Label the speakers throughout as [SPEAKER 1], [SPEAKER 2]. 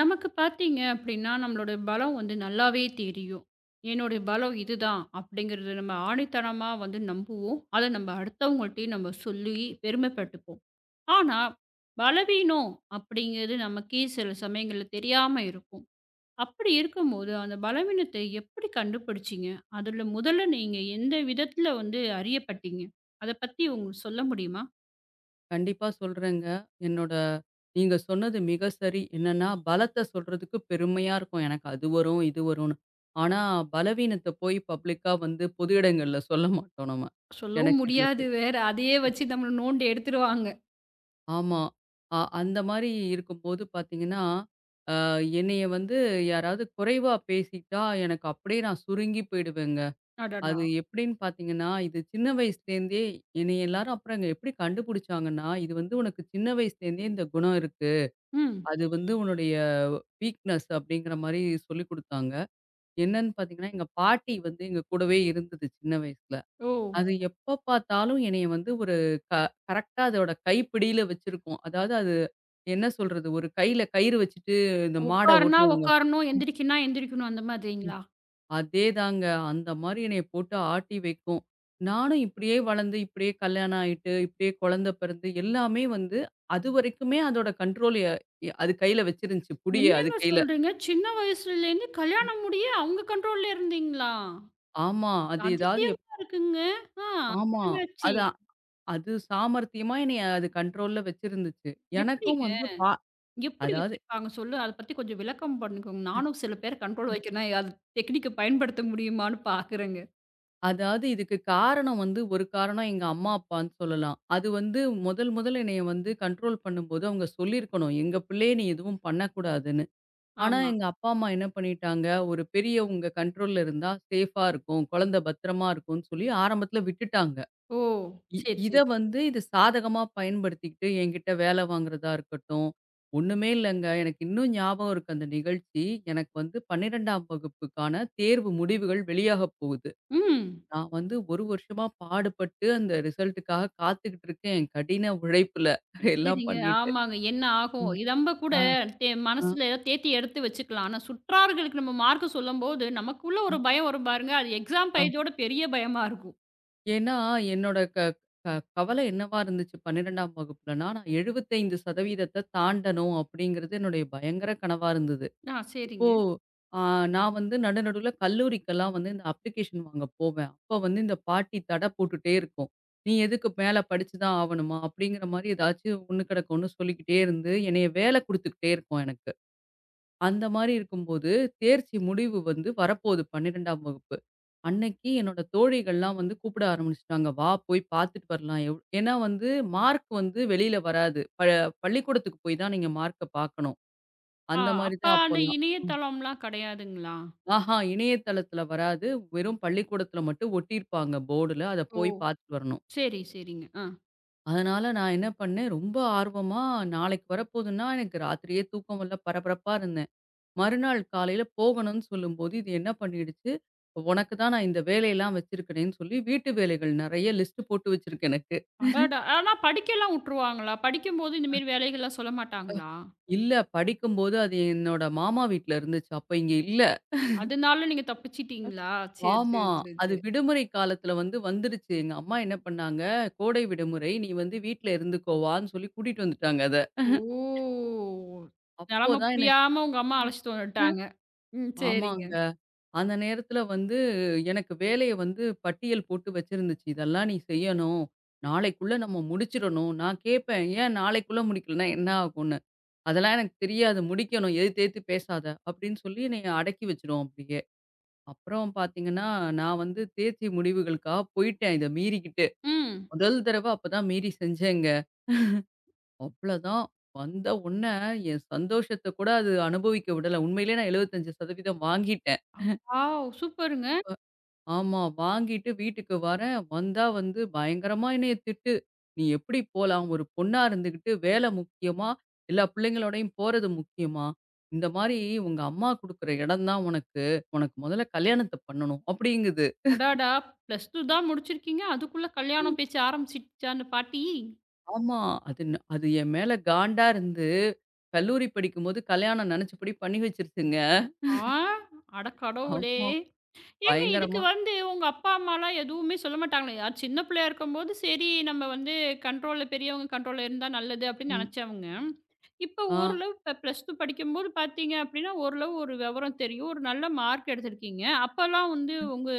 [SPEAKER 1] நமக்கு பார்த்தீங்க அப்படின்னா, நம்மளோட பலம் வந்து நல்லாவே தெரியும். என்னுடைய பலம் இதுதான் அப்படிங்கிறது நம்ம ஆணித்தனமா நம்புவோம். அத நம்ம அடுத்தவங்கள்ட்டயும் நம்ம சொல்லி பெருமைப்பட்டுப்போம். ஆனா, பலவீனம் அப்படிங்கிறது நமக்கே சில சமயங்கள்ல தெரியாம இருக்கும். அப்படி இருக்கும்போது அந்த பலவீனத்தை எப்படி கண்டுபிடிச்சீங்க? அதுல முதல்ல நீங்க எந்த விதத்துல அறியப்பட்டீங்க? அத பத்தி உங்க சொல்ல முடியுமா?
[SPEAKER 2] கண்டிப்பா சொல்றேங்க. என்னோட நீங்க சொன்னது மிக சரி. என்னன்னா, பலத்த சொல்றதுக்கு பெருமையா இருக்கும். எனக்கு அது வரும், இது வரும்ன்னு. ஆனா, பலவீனத்த போய் பப்ளிக்கா வந்து பொது இடங்கள்ல சொல்ல மாட்டோம் நம்ம.
[SPEAKER 1] சொல்லவும்
[SPEAKER 2] எனக்கு இதுல பெ
[SPEAKER 1] முடியாது வேற. அதையே வச்சு நம்மள நோண்டி எடுத்துருவாங்க.
[SPEAKER 2] ஆமா. அந்த மாரி இருக்கும்போது பார்த்தீங்கன்னா, அ என்னைய வந்து யாராவது குறைவா பேசிட்டா, எனக்கு அப்படியே நான் சுருங்கி போயிடுவேங்க.
[SPEAKER 1] அடடா!
[SPEAKER 2] அது எப்படின்னு பார்த்தீங்கன்னா, இது சின்ன வயசுலேருந்தே என்னைய எல்லாரும் அப்புறம் இங்க எப்படி கண்டுபிடிச்சாங்கன்னா, "இது வந்து உனக்கு சின்ன வயசுலேருந்தே இந்த குணம் இருக்கு."
[SPEAKER 1] ம்.
[SPEAKER 2] அது வந்து உன்னுடைய வீக்னஸ் அப்படிங்கிற மாரி சொல்லிக் குடுத்தாங்க. என்னன்னு பார்த்தீங்கன்னா, எங்க பாட்டி வந்து எங்க கூடவே இருந்தது சின்ன வயசுல.
[SPEAKER 1] ஓ!
[SPEAKER 2] அது எப்ப பார்த்தாலும் என்னைய வந்து ஒரு க கரெக்ட்டா அதோட கைப்பிடியில வச்சிருக்கும். அதாவது அது என்ன சொல்றது? ஒரு கையில கயிறு வச்சுட்டு இந்த மாட
[SPEAKER 1] உட்காருனா
[SPEAKER 2] ஓட்டுவாங்க.
[SPEAKER 1] உட்காரணும், எந்திரிக்கன்னா எந்திரிக்கணும் அந்த மாதிரிங்களா?
[SPEAKER 2] அதேதாங்க. அந்த மாரி என்னைய போட்டு ஆட்டி வைக்கும். நானும் இப்படியே வளர்ந்து, இப்படியே கல்யாணம் ஆயிட்டு, இப்படியே குழந்தை பிறந்து எல்லாமே வந்து அதுவரைக்குமே அதோட கண்ட்ரோல் எ அது கையில வச்சிருந்துச்சு. புடிய அது
[SPEAKER 1] என்னங்க
[SPEAKER 2] கையில.
[SPEAKER 1] சொல்றீங்க? சின்ன வயசுலேருந்து கல்யாணம் முடிய அவங்க கண்ட்ரோல்ல இருந்தீங்களா?
[SPEAKER 2] ஆமா. அது ஏதாவது எப்
[SPEAKER 1] அதிசயமா இருக்குங்க. ஆ,
[SPEAKER 2] ஆமா.
[SPEAKER 1] அப்புறம் என்னாச்சு?
[SPEAKER 2] அது அ- அது சாமர்த்தியமா என்னைய அது கண்ட்ரோல்ல வச்சிருந்துச்சு. எனக்கும்
[SPEAKER 1] எப்படிங்க?
[SPEAKER 2] வந்து பா
[SPEAKER 1] எப்படி
[SPEAKER 2] அதாவது
[SPEAKER 1] வச்சிருப்பாங்க சொல்லு? அத பத்தி கொஞ்சம் விளக்கம் பண்ணுங்க. நானும் சில பேர கண்ட்ரோல் வைக்கணும்னா அது டெக்னிக்க பயன்படுத்த முடியுமான்னு பார்க்குறேங்க.
[SPEAKER 2] அதாவது இதுக்கு காரணம் வந்து ஒரு காரணம் எங்க அம்மா, அப்பான்னு சொல்லலாம். அது வந்து முதல் முதல்ல என்னைய வந்து கண்ட்ரோல் பண்ணும்போது அவங்க சொல்லியிருக்கணும். எங்க பிள்ளைய நீ எதுவும் பண்ணக்கூடாதுன்னு. ஆனா
[SPEAKER 1] ஆமா.
[SPEAKER 2] எங்க அப்பா, அம்மா என்ன பண்ணிட்டாங்க, ஒரு பெரியவங்க கண்ட்ரோல்ல இருந்தா சேஃபா இருக்கும். குழந்தை பத்திரமா இருக்கும்ன்னு சொல்லி ஆரம்பத்தில விட்டுட்டாங்க.
[SPEAKER 1] ஓ!
[SPEAKER 2] இ
[SPEAKER 1] சரி,
[SPEAKER 2] இத
[SPEAKER 1] சரி.
[SPEAKER 2] வந்து இது சாதகமா பயன்படுத்திக்கிட்டு என்கிட்ட வேலை வாங்குறதா இருக்கட்டும், ஒண்ணுமே இல்லங்க. எனக்கு இன்னும் ஞாபகம் இருக்கு அந்த நிகழ்ச்சி. எனக்கு வந்து 12ஆம் வகுப்புக்கான தேர்வு முடிவுகள் வெளியாகப் போகுது.
[SPEAKER 1] ம்.
[SPEAKER 2] நான் வந்து 1 வருஷமா பாடுபட்டு அந்த ரிசல்ட்டுக்காக காத்துக்கிட்டு இருக்கேன். என் கடின உழைப்புல எல்லாம்
[SPEAKER 1] சரிங்க.
[SPEAKER 2] பண்ணிட்டு.
[SPEAKER 1] ஆமாங்க. என்ன ஆகும்?
[SPEAKER 2] ம்.
[SPEAKER 1] நம்ப கூட
[SPEAKER 2] ஆ,
[SPEAKER 1] தே
[SPEAKER 2] ஆ,
[SPEAKER 1] மனசுல ஏதோ தேத்தி எடுத்து வச்சுக்கலாம். ஆனா சுற்றார்களுக்கு நம்ம மார்க் சொல்லும்போது, நமக்குள்ள
[SPEAKER 2] ஆ,
[SPEAKER 1] ஒரு பயம் வரும் பாருங்க. அது எக்ஸாம்
[SPEAKER 2] ஆ.
[SPEAKER 1] பயத்தோட பெரிய பயமா இருக்கும்.
[SPEAKER 2] ஏன்னா, என்னோட க க கவலை என்னவா இருந்துச்சு 12ஆம் வகுப்புலன்னா, நான் 75% தாண்டணும் அப்படிங்கிறது என்னுடைய பயங்கர கனவா இருந்தது.
[SPEAKER 1] ஆ,
[SPEAKER 2] இப்போ
[SPEAKER 1] சரிங்க.
[SPEAKER 2] ஆ, நான் வந்து நடு நடுவுல கல்லூரிக்கெல்லாம் வந்து இந்த அப்ளிகேஷன் வாங்க போவேன். அப்ப வந்து இந்த பாட்டி தடை போட்டுட்டே இருக்கும். "நீ எதுக்கு மேல படிச்சு தான் ஆவணுமா?" அப்படிங்கிற மாரி ஏதாச்சும் ஒண்ணு கிடக்கு ஒண்ணு சொல்லிக்கிட்டே இருந்து, என்னைய வேலை குடுத்துக்கிட்டே இருக்கும் எனக்கு. அந்த மாரி இருக்கும்போது, தேர்ச்சி முடிவு வந்து வரப்போகுது 12ஆம் வகுப்பு. அன்னைக்கு என்னோட தோழிகள்லாம் வந்து கூப்பிட ஆரம்பிச்சுட்டாங்க. "வா போய் பார்த்துட்டு வரலாம்." ஏன்னா வந்து மார்க் வந்து வெளியில வராது. பள்ளிக்கூடத்துக்கு போய் தான் நீங்க மார்க்க பார்க்கணும்.
[SPEAKER 1] ஆ,
[SPEAKER 2] அந்த மாரி
[SPEAKER 1] அப்ப
[SPEAKER 2] தான்
[SPEAKER 1] அந்த
[SPEAKER 2] அப்போலாம்.
[SPEAKER 1] இணையதளம்லாம் கிடையாதுங்களா?
[SPEAKER 2] ஆஹா! இணையதளத்துல வராது. வெறும் பள்ளிக்கூடத்துல மட்டும் ஒட்டியிருப்பாங்க போர்டுல. அத
[SPEAKER 1] ஓ!
[SPEAKER 2] போய் பார்த்துட்டு வரணும்.
[SPEAKER 1] சரி, சரிங்க. ஆ.
[SPEAKER 2] அதனால நான் என்ன பண்ணேன், ரொம்ப ஆர்வமா நாளைக்கு வரப்போதுன்னா, எனக்கு ராத்திரியே தூக்கம் வரல பரபரப்பா இருந்தேன். மறுநாள் காலையில போகணும்னு சொல்லும்போது, இது என்ன பண்ணிடுச்சு, "உனக்கு தான் நான் இந்த வேலையெல்லாம் வச்சிருக்கிறேன்னு" சொல்லி வீட்டு வேலைகள் நெறைய லிஸ்ட் போட்டு வச்சிருக்கு எனக்கு.
[SPEAKER 1] அடடா! ஆனா படிக்கலாம் உட்டுருவாங்களா? படிக்கும்போது இந்த மாரி வேலைகள்லாம் சொல்ல மாட்டாங்களா?
[SPEAKER 2] இல்ல படிக்கும்போது அது என்னோட மாமா வீட்ல இருந்துச்சு. அப்ப இங்க இல்ல.
[SPEAKER 1] அதனால நீங்க தப்பிச்சிட்டீங்களா? சரி,
[SPEAKER 2] ஆமா.
[SPEAKER 1] சரி, சரி,
[SPEAKER 2] அது
[SPEAKER 1] சரி.
[SPEAKER 2] விடுமுறை காலத்துல வந்து வந்துருச்சு. எங்க அம்மா என்ன பண்ணாங்க, கோடை விடுமுறை நீ வந்து வீட்ல இருந்துக்கோவான்னு சொல்லி கூட்டிட்டு வந்துட்டாங்க அத.
[SPEAKER 1] ஓ! நெலம
[SPEAKER 2] அப்போதான் எனக்கு
[SPEAKER 1] புரியாம உங்க அம்மா அழைச்சிட்டு வந்துட்டாங்க. ம். சரிங்க.
[SPEAKER 2] ஆமாங்க. அந்த நேரத்துல வந்து எனக்கு வேலைய வந்து பட்டியல் போட்டு வச்சிருந்துச்சு. இதெல்லாம் நீ செய்யணும். நாளைக்குள்ள நம்ம முடிச்சிரணும். நான் கேட்பேன், "ஏன் நாளைக்குள்ள முடிக்கலன்னா என்ன ஆகும்னு?" "அதெல்லாம் எனக்கு தெரியாது. முடிக்கணும். எதுத்து எதுத்து பேசாத." அப்படின்னு சொல்லி என்னைய அடக்கி வச்சுரும் அப்படியே. அப்புறம் பார்த்தீங்கன்னா, நான் வந்து தேர்ச்சி முடிவுகளுக்காக போயிட்டேன். இத மீறிக்கிட்டு.
[SPEAKER 1] ம்.
[SPEAKER 2] முதல் தடவ அப்பதான் மீறி செஞ்சேங்க. அவ்வளதான். வந்த உடனே என் சந்தோஷத்த கூட அது அனுபவிக்க விடல. உண்மையிலேயே நான் 75% வாங்கிட்டேன்.
[SPEAKER 1] அவ் வாவ்! சூப்பருங்க.
[SPEAKER 2] ஆமா. வாங்கிட்டு வீட்டுக்கு வரேன். வந்தா வந்து பயங்கரமா என்னைய திட்டு. "நீ எப்படி போலாம்? ஒரு பொண்ணா இருந்துகிட்டு வேலை முக்கியமா? எல்லா பிள்ளைங்களோடையும் போறது முக்கியமா? இந்த மாரி உங்க அம்மா குடுக்குற இடம் தான் உனக்கு. உனக்கு முதல்ல கல்யாணத்த பண்ணணும்" அப்படிங்குது.
[SPEAKER 1] அடாடா! ப்ளஸ் 2 தான் முடிச்சிருக்கீங்க. அதுக்குள்ள
[SPEAKER 2] ம்.
[SPEAKER 1] கல்யாணம் பேச்சு ஆரம்பிச்சுடுச்சா அந்த பாட்டி?
[SPEAKER 2] ஆமா. அது என் மேல காண்டா இருந்து கல்லூரி படிக்கும்போது கல்யாணம் நெனச்சபடி பண்ணி வச்சுருச்சுங்க.
[SPEAKER 1] ஆ! அட கடவுளே!
[SPEAKER 2] ஆமா.
[SPEAKER 1] ஏங்க இதுக்கு
[SPEAKER 2] பயங்கரமா.
[SPEAKER 1] உங்க அப்பா, அம்மாலாம் எதுவுமே சொல்ல மாட்டாங்களே? அது சின்ன பிள்ளையா இருக்கும்போது, சரி நம்ம கண்ட்ரோல்ல பெரியவங்க கண்ட்ரோல்ல இருந்தா நல்லது அப்படின்னு
[SPEAKER 2] ம்.
[SPEAKER 1] நெனச்சவங்க, இப்போ
[SPEAKER 2] ஆ,
[SPEAKER 1] ஓரளவு இப்ப ப்ளஸ் 2 படிக்கும்போது பார்த்தீங்க அப்படின்னா, ஓரளவு ஒரு விவரம் தெரியும். ஒரு நல்ல மார்க் எடுத்திருக்கீங்க. அப்பலாம் உங்க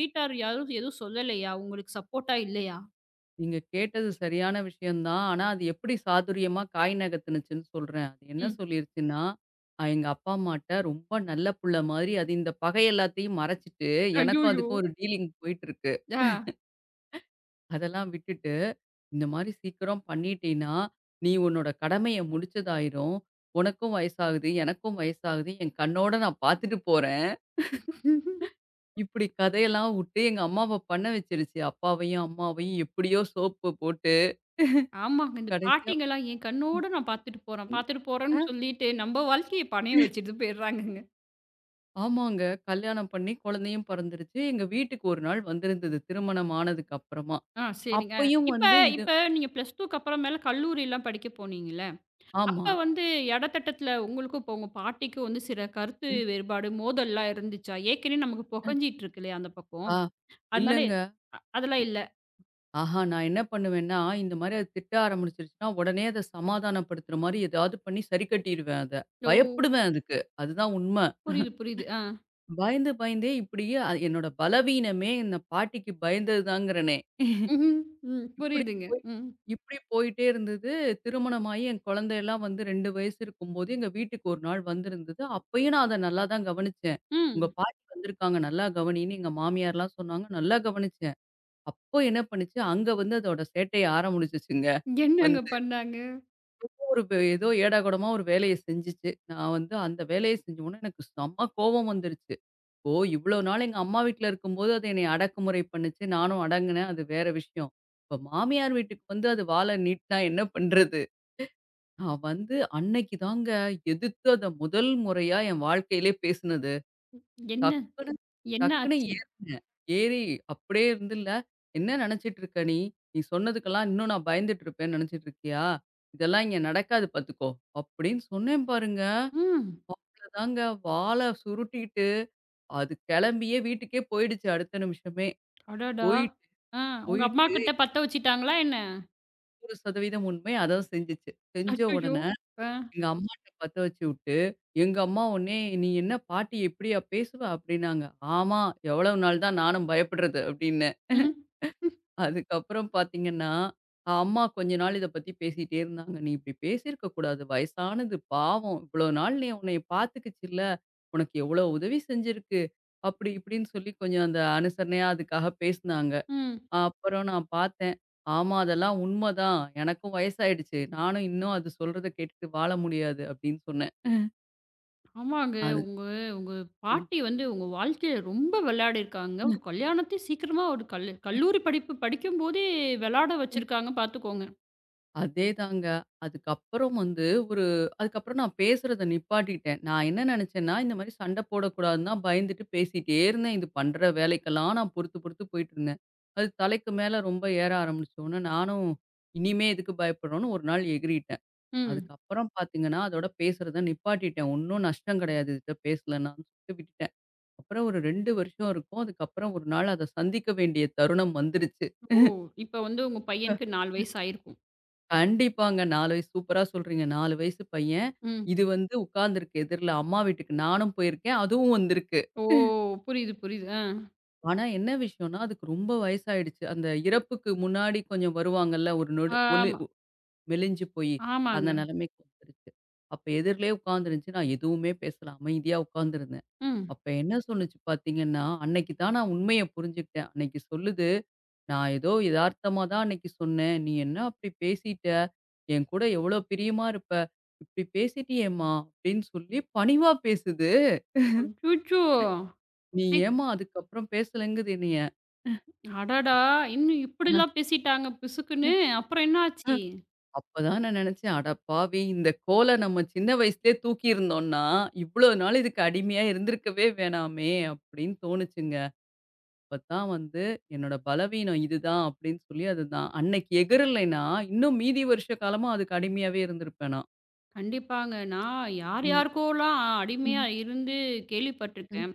[SPEAKER 1] வீட்டார் யாரும் எதுவும் சொல்லலையா? உங்களுக்கு சப்போர்ட்டா இல்லையா?
[SPEAKER 2] நீங்க கேட்டது சரியான விஷயம் தான். ஆனா, அது எப்படி சாதுரியமா காய் நகர்த்துனுச்சுன்னு சொல்றேன். அது என்ன
[SPEAKER 1] ம்.
[SPEAKER 2] சொல்லிருச்சுன்னா, எங்க அப்பா அம்மாட்ட ரொம்ப நல்ல புள்ள மாதிரி அது இந்த பகை எல்லாத்தையும் மறைச்சுட்டு, எனக்கும்
[SPEAKER 1] ஐய்யய்யோ!
[SPEAKER 2] அதுக்கும் ஒரு டீலிங் போயிட்டுருக்கு. அதெல்லாம் விட்டுட்டு, இந்த மாரி சீக்கிரம் பண்ணிட்டீன்னா, நீ உன்னோட கடமைய முடிச்சதாயிரும். உனக்கும் வயசாகுது, எனக்கும் வயசாகுது. என் கண்ணோட நான் பார்த்துட்டு போறேன்.
[SPEAKER 1] ஆ.
[SPEAKER 2] இப்படி கதையெல்லாம் வுட்டு எங்க அம்மாவ பண்ண வச்சுருச்சு. அப்பாவையும், அம்மாவையும் எப்படியோ சோப்பு போட்டு
[SPEAKER 1] ஆமாங்க. இந்த
[SPEAKER 2] கடைசியா
[SPEAKER 1] பாட்டிங்கலாம் என் கண்ணோட நான் பாத்துட்டு போறேன்,
[SPEAKER 2] ம்
[SPEAKER 1] பாத்துட்டு போறேன்னு
[SPEAKER 2] அ
[SPEAKER 1] சொல்லிட்டு, நம்ம வாழ்க்கைய பணயம் வச்சுட்டு போயிடுறாங்கங்க.
[SPEAKER 2] ஆமாங்க. கல்யாணம் பண்ணி குழந்தையும் பிறந்துருச்சு. எங்க வீட்டுக்கு ஒரு நாள் வந்திருந்தது. திருமணம் ஆனதுக்கு அப்புறமா.
[SPEAKER 1] ஆ, சரிங்க.
[SPEAKER 2] அப்பயும்
[SPEAKER 1] இப்ப
[SPEAKER 2] வந்து இது
[SPEAKER 1] இப்ப நீங்க பிளஸ் 2க்கு அப்புறமேல கல்லூரிலாம் படிக்க போனீங்கல்ல,
[SPEAKER 2] ஆமா.
[SPEAKER 1] அப்ப எடத்தட்டத்துல உங்களுக்கும், இப்போ உங்க பாட்டிக்கும் சில கருத்து
[SPEAKER 2] ம்.
[SPEAKER 1] வேறுபாடு, மோதல்லாம் இருந்துச்சா? ஏற்கனவே நமக்கு புகஞ்சிட்டு இருக்கு இல்லையா அந்த பக்கம்.
[SPEAKER 2] ஆ,
[SPEAKER 1] அதனால
[SPEAKER 2] இல்லங்க.
[SPEAKER 1] அதெல்லாம் இல்ல.
[SPEAKER 2] ஆஹா, நான் என்ன பண்ணுவேன்னா, இந்த மாரி அது திட்ட ஆரம்பிச்சுருச்சுன்னா, உடனே அத சமாதானப்படுத்துற மாரி ஏதாவது பண்ணி சரி கட்டிருவேன் அத.
[SPEAKER 1] ஓ!
[SPEAKER 2] பயப்படுவேன் அதுக்கு. அதுதான் உண்ம.
[SPEAKER 1] புரியுது, புரியுது. ஆ.
[SPEAKER 2] பயந்தே இப்படியே அ என்னோட பலவீனமே இந்த பாட்டிக்கு பயந்தது தாங்கிறனே.
[SPEAKER 1] ம்ஹ்ம். ம்.
[SPEAKER 2] இப்படி
[SPEAKER 1] புரியுதுங்க.
[SPEAKER 2] போய்
[SPEAKER 1] ம்.
[SPEAKER 2] இப்படி போயிட்டே இருந்தது. திருமணமாயி என் குழந்தையெல்லாம் வந்து 2 வயசு இருக்கும்போது, எங்க வீட்டுக்கு ஒரு நாள் வந்திருந்தது. அப்பயும் நான் அத நல்லா தான் கவனிச்சேன். "உங்க
[SPEAKER 1] ம்.
[SPEAKER 2] பாட்டி வந்திருக்காங்க, நல்லா கவனின்னு" எங்க மாமியார்லாம் சொன்னாங்க. நல்லா கவனிச்சேன். அப்போ என்ன பண்ணுச்சு, அங்க வந்து அதோட சேட்டைய ஆரம்பிச்சுச்சுங்க.
[SPEAKER 1] என்னங்க
[SPEAKER 2] வந்து
[SPEAKER 1] பண்ணாங்க?
[SPEAKER 2] ஒரு ஏதோ ஏடாகூடமா ஒரு வேலைய செஞ்சுச்சு. நான் வந்து அந்த வேலைய செஞ்ச உடனே எனக்கு செம்ம கோவம் வந்துருச்சு. ஓ! இவ்ளோ நாள் எங்க அம்மா வீட்ல இருக்கும்போது, அது என்னைய அடக்குமுறை பண்ணுச்சு. நானும் அடங்குனேன். அது வேற விஷயம். இப்ப மாமியார் வீட்டுக்கு வந்து அது வால நீட்னா என்ன பண்றது? நான் வந்து அன்னைக்கு தாங்க எதிர்த்து அத முதல் முறையா என் வாழ்க்கையிலே பேசுனது.
[SPEAKER 1] என்ன
[SPEAKER 2] டக்குனு
[SPEAKER 1] என்ன
[SPEAKER 2] டக்குனு
[SPEAKER 1] ஆச்சு?
[SPEAKER 2] ஏறினேன். ஏறி அப்படியே இருந்துல்ல, "என்ன நெனச்சிட்டு இருக்க நீ? நீ சொன்னதுக்கெல்லாம் இன்னும் நான் பயந்துட்டு இருப்பேன்னு நெனச்சிட்டு இருக்கியா? இதெல்லாம் இங்க நடக்காது பாத்துக்கோ!" அப்படின்னு சொன்னேன் பாருங்க.
[SPEAKER 1] ம்.
[SPEAKER 2] அவ்வளதாங்க வால சுருட்டிட்டு, அது கெளம்பியே வீட்டுக்கே போயிடுச்சு அடுத்த நிமிஷமே.
[SPEAKER 1] அடடா!
[SPEAKER 2] போயிட்டு,
[SPEAKER 1] ஆ, உங்க
[SPEAKER 2] போயிட்டு
[SPEAKER 1] அம்மாகிட்ட பத்த வச்சுட்டாங்களா என்ன?
[SPEAKER 2] 1% உண்மை அதான் செஞ்சுச்சு. செஞ்ச
[SPEAKER 1] அச்சச்சோ!
[SPEAKER 2] உடனே
[SPEAKER 1] ஆ.
[SPEAKER 2] எங்க அம்மாட்ட பத்த வச்சுவுட்டு, எங்க அம்மா உடனே, "நீ என்ன பாட்டி இப்படியா பேசுவ?" அப்படின்னாங்க. "ஆமா, எவ்வளவு நாள் தான் நானும் பயப்படுறது" அப்படின்னேன்.
[SPEAKER 1] ம்ஹ்ம்.
[SPEAKER 2] அதுக்கப்புறம் பார்த்தீங்கன்னா, அம்மா கொஞ்ச நாள் இத பத்தி பேசிட்டே இருந்தாங்க. "நீ இப்படி பேசியிருக்க கூடாது. வயசானது பாவம். இவ்வளவு நாள் நீ உன்னைய பார்த்துக்கிச்சுல்ல. உனக்கு எவ்வளவு உதவி செஞ்சிருக்கு." அப்படி இப்படின்னு சொல்லி கொஞ்சம் அந்த அனுசரணையா அதுக்காக பேசினாங்க.
[SPEAKER 1] ம்.
[SPEAKER 2] அப்புறம் நான் பார்த்தேன். ஆமா, அதெல்லாம் உண்மதான். எனக்கும் வயசாயிடுச்சு. நானும் இன்னும் அது சொல்றத கேட்டுட்டு வாழ முடியாது அப்படின்னு சொன்னேன்.
[SPEAKER 1] ஆமாங்க.
[SPEAKER 2] அது.
[SPEAKER 1] உங்க உங்க
[SPEAKER 2] ம்.
[SPEAKER 1] பாட்டி உங்க வாழ்க்கையில ரொம்ப விளையாடியிருக்காங்க. ஒரு கல்யாணத்தையும் சீக்கிரமா ஒரு கல் கல்லூரி படிப்பு படிக்கும்போதே விளையாட வச்சிருக்காங்க பார்த்துக்கோங்க.
[SPEAKER 2] அதேதாங்க. அதுக்கப்புறம் வந்து ஒரு அதுக்கப்புறம் நான் பேசுறத நிப்பாட்டிட்டேன். நான் என்ன நினைச்சேன்னா, இந்த மாரி சண்டை போடக்கூடாதுன்னு தான் பயந்துட்டு பேசிட்டே இருந்தேன். இது பண்ற வேலைக்கெல்லாம் நான் பொறுத்து பொறுத்து போயிட்டுருந்தேன். அது தலைக்கு மேல ரொம்ப ஏற ஆரம்பிச்சோனே, நானும் இனிமே எதுக்கு பயப்படணும்னு ஒரு நாள் எகிறிட்டேன்.
[SPEAKER 1] ம்.
[SPEAKER 2] அதுக்கப்புறம் பார்த்தீங்கன்னா, அதோட பேசுறத நிப்பாட்டிட்டேன். ஒண்ணும் நஷ்டம் கிடையாது. இதுட்ட பேசலனான்னு சொல்லிட்டு விட்டுட்டேன். அப்புறம் ஒரு 2 வருஷம் இருக்கும். அதுக்கப்புறம் ஒரு நாள் அத சந்திக்க வேண்டிய தருணம் வந்துருச்சு.
[SPEAKER 1] ஓ! இப்ப உங்க பையனுக்கு 4 வயசு ஆயிருக்கும்.
[SPEAKER 2] கண்டிப்பாங்க. 4 வயசு சூப்பரா சொல்றீங்க. 4 வயசு பையன்.
[SPEAKER 1] ம்.
[SPEAKER 2] இது வந்து உட்கார்ந்திருக்கு எதிர்ல. அம்மா வீட்டுக்கு நானும் போயிருக்கேன். அதுவும் வந்திருக்கு.
[SPEAKER 1] ஓ! புரியுது, புரியுது. ஆ.
[SPEAKER 2] ஆனா என்ன விஷயம்னா, அதுக்கு ரொம்ப வயசாயிடுச்சு. அந்த இறப்புக்கு முன்னாடி கொஞ்சம் வருவாங்கல்ல, ஒரு நொடு ஒளி
[SPEAKER 1] ஆமா.
[SPEAKER 2] ஒ மெலிஞ்சு போயி, அந்த
[SPEAKER 1] ஆமாங்க.
[SPEAKER 2] நிலைமைக்கு வந்துருச்சு. அப்ப எதிர்லயே உட்கார்ந்துருந்துச்சு. நான் எதுவுமே பேசல. அமைதியா உட்கார்ந்திருந்தேன்.
[SPEAKER 1] ம்.
[SPEAKER 2] அப்ப என்ன சொன்னுச்சு பார்த்தீங்கன்னா, அன்னைக்கு தான் நான் உண்மைய புரிஞ்சுக்கிட்டேன். அன்னைக்கு சொல்லுது, "நான் ஏதோ எதார்த்தமா தான் அன்னைக்கு சொன்னேன். நீ என்ன அப்படி பேசிட்ட? என் கூட எவ்வளோ பிரியமா இருப்ப. இப்படி பேசிட்டியேம்மா" அப்படின்னு சொல்லி பணிவா பேசுது.
[SPEAKER 1] அச்சச்சோ!
[SPEAKER 2] "நீ ஏம்மா அதுக்கப்புறம் பேசலங்குது என்னைய."
[SPEAKER 1] அடடா! இன்னும் இப்படிலாம் பேசிட்டாங்க பிசுக்குன்னு. அப்புறம் என்ன ஆச்சு?
[SPEAKER 2] அப்பதான் நான் நெனச்சேன், "அட பாவி! இந்த கோல நம்ம சின்ன வயசுலயே தூக்கியிருந்தோம்னா, இவ்வளோ நாள் இதுக்கு அடிமையா இருந்திருக்கவே வேணாமே!" அப்படின்னு தோணுச்சுங்க. அப்பதான் வந்து என்னோட பலவீனம் இதுதான் அப்படின்னு சொல்லி அதுதான் அன்னைக்கு எகிறலைன்னா இன்னும் மீதி வருஷ காலமா அதுக்கு அடிமையாவே இருந்திருப்பேன் நான்.
[SPEAKER 1] கண்டிப்பாங்க. நான் யார்
[SPEAKER 2] ம்.
[SPEAKER 1] யாருக்கோலாம் அடிமையா
[SPEAKER 2] ம்.
[SPEAKER 1] இருந்து கேள்விப்பட்டுருக்கேன்.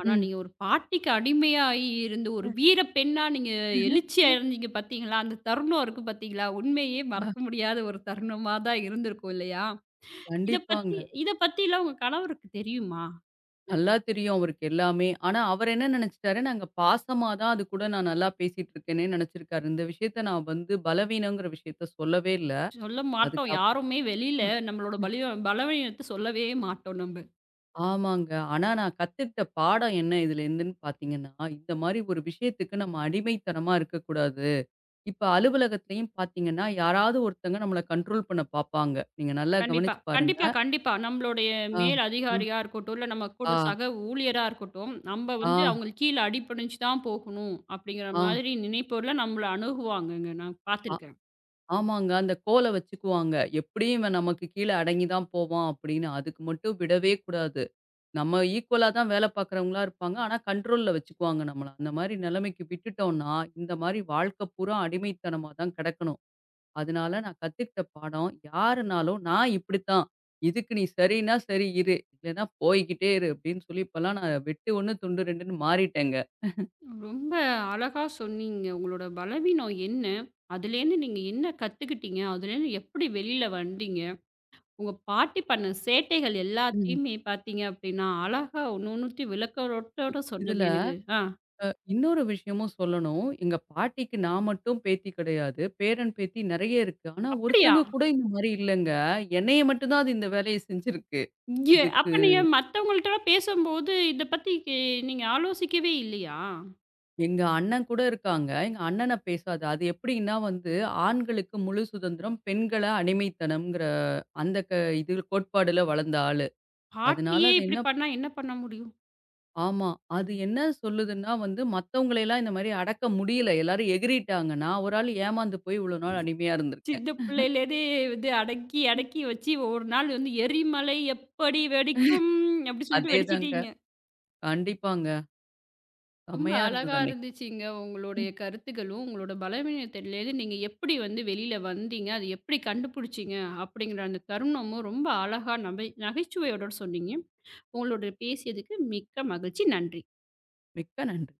[SPEAKER 1] ஆனா,
[SPEAKER 2] ம்.
[SPEAKER 1] நீங்க ஒரு பாட்டிக்கு அடிமையாகி இருந்து ஒரு வீர பெண்ணா நீங்க எழுச்சி
[SPEAKER 2] ம்.
[SPEAKER 1] அடைஞ்சீங்க பார்த்தீங்களா? அந்த தருணம் இருக்கு பார்த்தீங்களா? உண்மையே மறக்க
[SPEAKER 2] அ
[SPEAKER 1] முடியாத ஒரு தருணமா தான் இருந்திருக்கும் இல்லையா? இத
[SPEAKER 2] கண்டிப்பாங்க.
[SPEAKER 1] பத்தி இத பத்திலாம் உங்க கணவருக்கு தெரியுமா?
[SPEAKER 2] நல்லா தெரியும் அவருக்கு எல்லாமே. ஆனா அவர் என்ன நினைச்சுட்டாரு, நாங்க பாசமா தான் அது கூட நான் நல்லா பேசிட்டு இருக்கேன்னே நினைச்சிருக்காரு. இந்த விஷயத்த நான் வந்து பலவீனங்கிற விஷயத்த சொல்லவே இல்ல.
[SPEAKER 1] சொல்ல
[SPEAKER 2] அதுக்கு
[SPEAKER 1] மாட்டோம்.
[SPEAKER 2] அப்
[SPEAKER 1] யாருமே வெளியில நம்மளோட பலவீனத்த சொல்லவே மாட்டோம் நம்ப.
[SPEAKER 2] ஆமாங்க. ஆனா நான் கத்துக்கிட்ட பாடம் என்ன இதுலேருந்துன்னு பார்த்தீங்கன்னா, இந்த மாரி ஒரு விஷயத்துக்கு நம்ம அடிமைத்தனமா இருக்கக்கூடாது. இப்ப அலுவலகத்திலயும் பார்த்தீங்கன்னா, யாராவது ஒருத்தங்க நம்மள கண்ட்ரோல் பண்ண பார்ப்பாங்க. நீங்க நல்லா
[SPEAKER 1] கண்டிப்பா.
[SPEAKER 2] கவனிச்சு பாருங்க.
[SPEAKER 1] கண்டிப்பா. நம்மளுடைய
[SPEAKER 2] ஆ,
[SPEAKER 1] மேல்
[SPEAKER 2] ம்,
[SPEAKER 1] அதிகாரியா இருக்கட்டும், இல்ல நம்ம கூட
[SPEAKER 2] ஆ,
[SPEAKER 1] சக ஊழியரா இருக்கட்டும், நம்ம
[SPEAKER 2] ஆ,
[SPEAKER 1] அவங்களுக்கு கீழ அடிபணிஞ்சு தான் போகணும் அப்படிங்கிற
[SPEAKER 2] ஆ,
[SPEAKER 1] மாதிரி நினைப்போர்ல நம்மள அணுகுவாங்கங்க. நான்
[SPEAKER 2] ஆ,
[SPEAKER 1] பார்த்துருக்கேன்.
[SPEAKER 2] ஆமாங்க. அந்த கோல வச்சுக்குவாங்க. "எப்படியும் இவன் நமக்கு கீழ அடங்கி தான் போவான்" அப்படின்னு. அதுக்கு மட்டும் விடவே கூடாது. நம்ம ஈக்குவலா தான் வேல பார்க்குறவங்களா இருப்பாங்க. ஆனா கண்ட்ரோல்ல வச்சுக்குவாங்க நம்மள. அந்த மாரி நிலைமைக்கு விட்டுட்டோம்னா, இந்த மாரி வாழ்க்கை பூரா அடிமைத்தனமா தான் கிடக்கணும். அதனால நான் கத்துக்கிட்ட பாடம், யாருனாலும் "நான் இப்படித்தான். இதுக்கு நீ சரின்னா சரி இரு. இல்லன்னா போய்க்கிட்டே இரு" அப்படின்னு சொல்லி இப்பலாம் நான் வெட்டு 1 துண்டு 2ன்னு மாறிட்டேங்க.
[SPEAKER 1] ரொம்ப அழகா சொன்னீங்க. உங்களோட பலவீனம் என்ன? அதுலேருந்து நீங்க என்ன கத்துக்கிட்டீங்க? அதுலேருந்து எப்படி வெளியில வந்தீங்க? உங்க பாட்டி பண்ண சேட்டைகள்
[SPEAKER 2] ம்.
[SPEAKER 1] எல்லாத்தையுமே பார்த்தீங்க அப்படின்னா, அழகா ஒண்ணுத்தையும்
[SPEAKER 2] இ
[SPEAKER 1] விளக்கத்தோட சொன்னது
[SPEAKER 2] இதுல
[SPEAKER 1] எனக்கு ஆ,
[SPEAKER 2] அ இன்னொரு விஷயமும் சொல்லணும். எங்க பாட்டிக்கு நான் மட்டும் பேத்தி கிடையாது. பேரன், பேத்தி நெறைய இருக்கு. ஆனா
[SPEAKER 1] அப்படியா?
[SPEAKER 2] ஒருத்தவங்க கூட இந்த மாரி இல்லங்க. என்னைய மட்டும் தான் அது இந்த வேலைய செஞ்சிருக்கு.
[SPEAKER 1] இங்கே
[SPEAKER 2] இதுக்கு
[SPEAKER 1] அப்ப நீங்க மத்தவங்கள்ட்டலாம் பேசும்போது, இத பத்தி கி நீங்க ஆலோசிக்கவே இல்லையா?
[SPEAKER 2] எங்க அண்ணன் கூட இருக்காங்க. எங்க அண்ணன பேசாது. அது எப்படின்னா வந்து ஆண்களுக்கு முழு சுதந்திரம், பெண்கள அடிமைத்தனம்ங்கிற அந்த க இது கோட்பாடுல வளர்ந்த ஆளு. அதனால
[SPEAKER 1] பாட்டியே
[SPEAKER 2] அது
[SPEAKER 1] இப்படி
[SPEAKER 2] என்ன
[SPEAKER 1] பண்ணா என்ன பண்ண முடியும்?
[SPEAKER 2] ஆமா. அது என்ன சொல்லுதுன்னா வந்து மத்தவங்களையெல்லாம் இந்த மாரி அடக்க முடியல. எல்லாரும் எகிறிட்டாங்க. நான் ஒரு ஆள் ஏமாந்து போய் இவ்வளோ நாள் அடிமையா இருந்திருக்கேன்.
[SPEAKER 1] சின்ன பிள்ளையிலேருந்தே அடக்கி வச்சு ஒரு நாள் எரிமலை எப்படி வெடிக்கும் அப்படி சொல்லிட்டு
[SPEAKER 2] அதேதாங்க.
[SPEAKER 1] வெடிச்சிட்டீங்க.
[SPEAKER 2] கண்டிப்பாங்க.
[SPEAKER 1] ரொம்ப
[SPEAKER 2] செம்மையா இருந்தது
[SPEAKER 1] அழகா
[SPEAKER 2] அன்னைக்கு.
[SPEAKER 1] இருந்துச்சுங்க உங்களுடைய
[SPEAKER 2] ம்.
[SPEAKER 1] கருத்துக்களும், உங்களோட பலவீனத்திலேருந்து நீங்க எப்படி வெளியில வந்தீங்க, அது எப்படி கண்டுபிடிச்சீங்க அப்படிங்கிற அந்த தருணமும் ரொம்ப அழகா நகைச்சுவையோட சொன்னீங்க. உங்களோட பேசியதுக்கு மிக்க மகிழ்ச்சி. நன்றி.
[SPEAKER 2] மிக்க நன்றி.